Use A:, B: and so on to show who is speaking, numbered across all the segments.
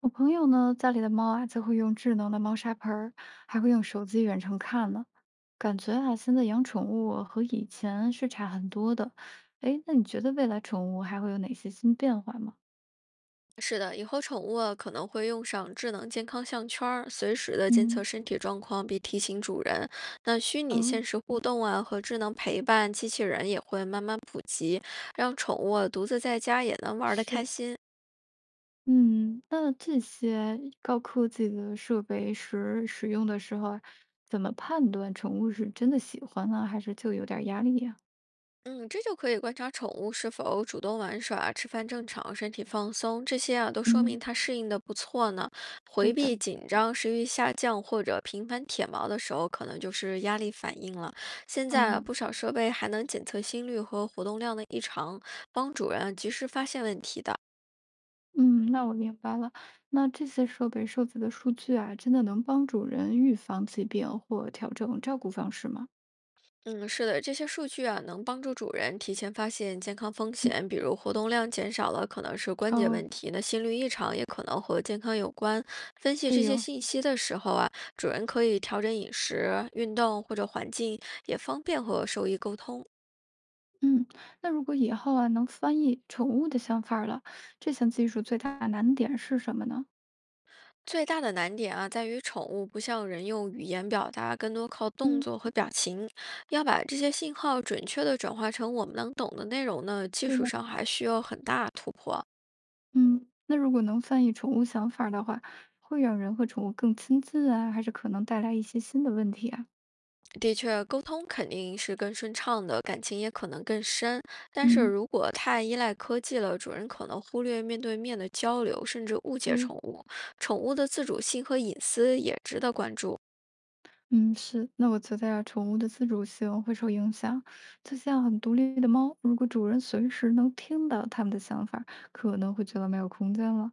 A: 我朋友呢，家里的猫啊，就会用智能的猫砂盆儿，还会用手机远程看呢。感觉啊，现在养宠物和以前是差很多的。诶，那你觉得未来宠物还会有哪些新变化吗？
B: 是的，以后宠物啊可能会用上智能健康项圈儿，随时的监测
A: 嗯，
B: 身体状况并提醒主人。那虚拟
A: 哦，
B: 现实互动啊和智能陪伴机器人也会慢慢普及，让宠物啊独自在家也能玩得开
A: 是，
B: 心。
A: 嗯，那这些高科技的设备时使用的时候啊怎么判断宠物是真的喜欢呢，还是就有点儿压力呀？
B: 嗯，这就可以观察宠物是否主动玩耍、吃饭正常、身体放松，这些啊都说
A: 嗯，
B: 明它适应的不错呢。
A: 对
B: 回
A: 的，
B: 避、紧张、食欲下降或者频繁舔毛的时候，可能就是压力反应了。现在啊，
A: 嗯。
B: 不少设备还能检测心率和活动量的异常，帮主人啊及时发现问题的。
A: 嗯，那我明白了。那这些设备收集的数据啊，真的能帮助人预防疾病或调整照顾方式吗？
B: 嗯，是的，这些数据啊，能帮助主人提前发现健康风
A: 嗯，
B: 险，比如活动量减少了，可能是关节
A: 哦，
B: 问题；那心率异常也可能和健康有关。分析
A: 对
B: 这些
A: 哟。
B: 信息的时候啊，主人可以调整饮食、运动或者环境，也方便和兽医沟通。
A: 嗯，那如果以后啊能翻译宠物的想法儿了，这项技术最大的难点是什么呢？
B: 最大的难点啊，在于宠物不像人用语言表达，更多靠动
A: 嗯
B: 作和表情。要把这些信号准确地转化成我们能懂的内容呢，技
A: 对
B: 术
A: 呀，
B: 上还需要很大突破。
A: 嗯，那如果能翻译宠物想法儿的话，会让人和宠物更亲近啊，还是可能带来一些新的问题啊？
B: 的确，沟通肯定是更顺畅的，感情也可能更深。但是
A: 嗯
B: 如果太依赖科技了，主人可能忽略面对面的交流，甚至误解
A: 对，
B: 宠物。宠物的自主性和隐私也值得关注。
A: 嗯，是。那我觉得呀，宠物的自主性会受影响，就像很独立的猫，如果主人随时能听到它们的想法，可能会觉得没有空间了。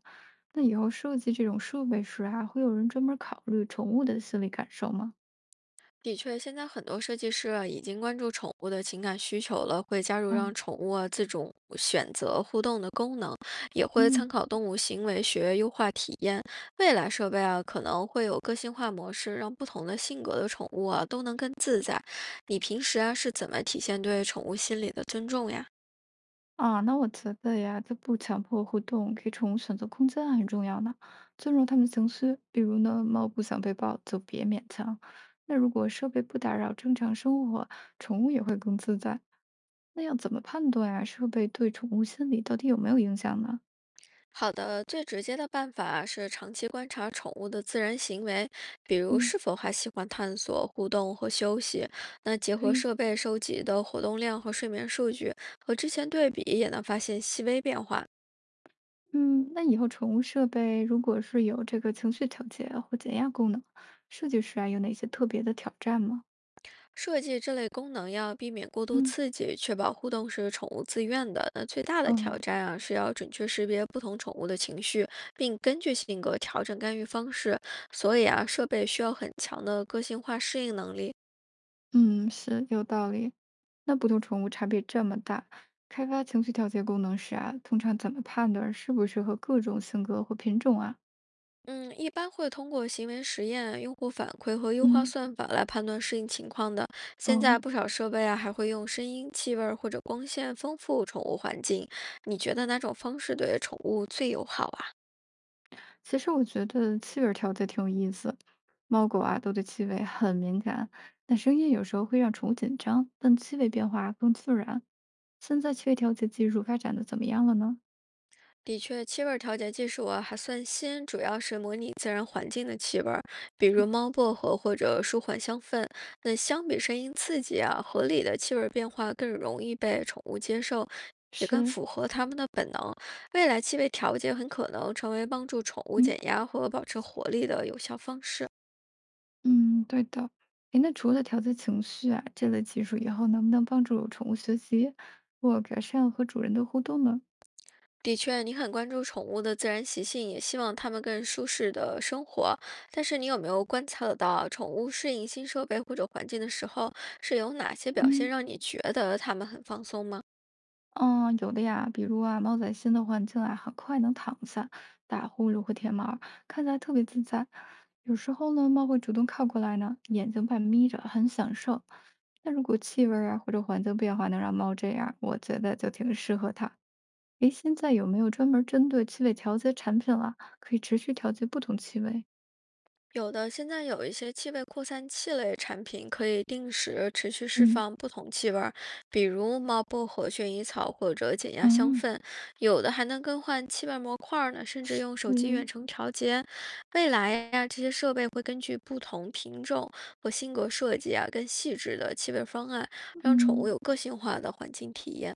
A: 那以后设计这种设备时啊，会有人专门考虑宠物的心理感受吗？
B: 的确，现在很多设计师啊，已经关注宠物的情感需求了，会加入
A: 哦，
B: 让宠物啊自主选择互动的功能，也会参
A: 嗯，
B: 考动物行为学优化体验。未来设备啊，可能会有个性化模式，让不同的性格的宠物啊都能更自在。你平时啊是怎么体现对宠物心理的尊重呀？
A: 啊，那我觉得呀，这不强迫互动，给宠物选择空间啊很重要呢，尊重它们情绪。比如呢，猫不想被抱，就别勉强。那如果设备不打扰正常生活，宠物也会更自在。那要怎么判断呀？设备对宠物心理到底有没有影响呢？
B: 好的，最直接的办法啊是长期观察宠物的自然行为，比如
A: 嗯，
B: 是否还喜欢探索、互动和休息。那结合
A: 对，
B: 设备收集的活动量和睡眠数据，和之前对比，也能发现细微变化。
A: 嗯，那以后宠物设备如果是有这个情绪调节或减压功能，设计师啊有哪些特别的挑战吗？
B: 设计这类功能要避免过度
A: 嗯。
B: 刺激，确保互动是宠物自愿的。那最大的挑
A: 嗯，
B: 战啊，是要准确识别不同宠物的情绪，并根据性格调整干预方式。所以啊，设备需要很强的个性化适应能力。
A: 嗯，是有道理。那不同宠物差别这么大，开发情绪调节功能时啊，通常怎么判断适不适合各种性格或品种啊？
B: 嗯，一般会通过行为实验、用户反馈和优化
A: 嗯，
B: 算法来判断适应情况的。现在
A: 哦，
B: 不少设备啊，还会用声音、气味儿或者光线丰富宠物环境。你觉得哪种方式对宠物最友好啊？
A: 其实我觉得气味儿调节挺有意思，猫狗啊都对气味很敏感，但声音有时候会让宠物紧张，但气味变化更自然。现在气味调节技术发展的怎么样了呢？
B: 的确，气味儿调节技术啊还算新，主要是模拟自然环境的气味儿，比如猫薄荷或者舒缓香氛。那相比声音刺激啊，合理的气味儿变化更容易被宠物接受，也更
A: 是，
B: 符合它们的本能。未来气味调节很可能成为帮助宠物
A: 嗯。
B: 减压和保持活力的有效方式。
A: 嗯，对的。诶，那除了调节情绪啊这类技术以后，能不能帮助宠物学习或改善和主人的互动呢？
B: 的确，你很关注宠物的自然习性，也希望它们更舒适的生活。但是，你有没有观察得到，宠物适应新设备或者环境的时候，是有哪些表现
A: 嗯
B: 让你觉得它们很放松吗？
A: 嗯，有的呀，比如啊，猫在新的环境啊，很快能躺下、打呼噜或舔毛儿，看起来特别自在。有时候呢，猫会主动靠过来呢，眼睛半眯着，很享受。那如果气味儿啊或者环境变化能让猫这样，我觉得就挺适合它。诶，现在有没有专门针对气味调节产品啊？可以持续调节不同气味？
B: 有的现在有一些气味扩散器类产品可以定时持续释
A: 嗯，
B: 放不同气味儿，比如猫薄荷、薰衣草或者减压香
A: 嗯，
B: 氛。有的还能更换气味模块儿呢，甚至用手机远
A: 嗯，
B: 程调节。未来呀、这些设备会根据不同品种和性格设计啊，更细致的气味方案，让宠物
A: 嗯，
B: 有个性化的环境体验。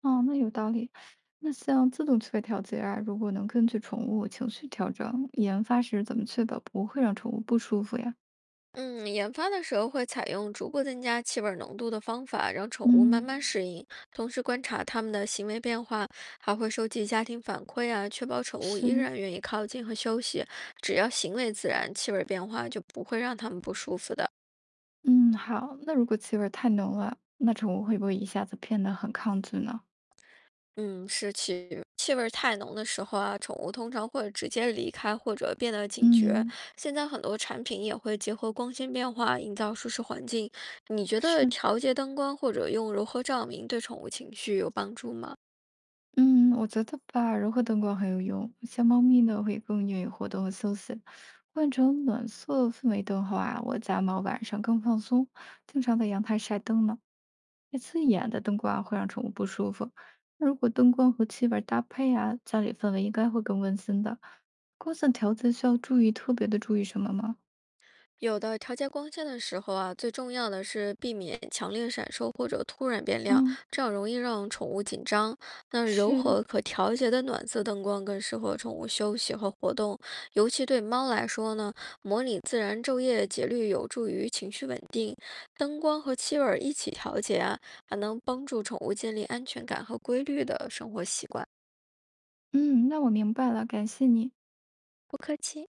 A: 哦，那有道理。那像自动趣味调节啊，如果能根据宠物情绪调整，研发时怎么确保不会让宠物不舒服呀？
B: 嗯，研发的时候会采用逐步增加气味儿浓度的方法，让宠物慢
A: 嗯，
B: 慢适应，同时观察它们的行为变化，还会收集家庭反馈啊，确保宠物
A: 是，
B: 依然愿意靠近和休息。只要行为自然，气味儿变化就不会让它们不舒服的。
A: 嗯，好。那如果气味儿太浓了，那宠物会不会一下子变得很抗拒呢？
B: 嗯，气味儿太浓的时候啊，宠物通常会直接离开或者变得警觉。
A: 嗯，
B: 现在很多产品也会结合光线变化，营造舒适环境。你觉得
A: 是。
B: 调节灯光或者用柔和照明对宠物情绪有帮助吗？
A: 嗯，我觉得吧，柔和灯光很有用。像猫咪呢，会更愿意活动和休息。换成暖色氛围灯后啊，我家猫晚上更放松，经常在阳台晒灯呢。太刺眼的灯光啊会让宠物不舒服。那如果灯光和气味儿搭配啊，家里氛围应该会更温馨的。光线调节需要注意，特别的注意什么吗？
B: 有的调节光线的时候啊，最重要的是避免强烈闪烁或者突然变亮，
A: 嗯，
B: 这样容易让宠物紧张。那柔
A: 是，
B: 和可调节的暖色灯光更适合宠物休息和活动，尤其对猫来说呢，模拟自然昼夜节律有助于情绪稳定。灯光和气味儿一起调节啊，还能帮助宠物建立安全感和规律的生活习惯。
A: 嗯，那我明白了，感谢你。
B: 不客气。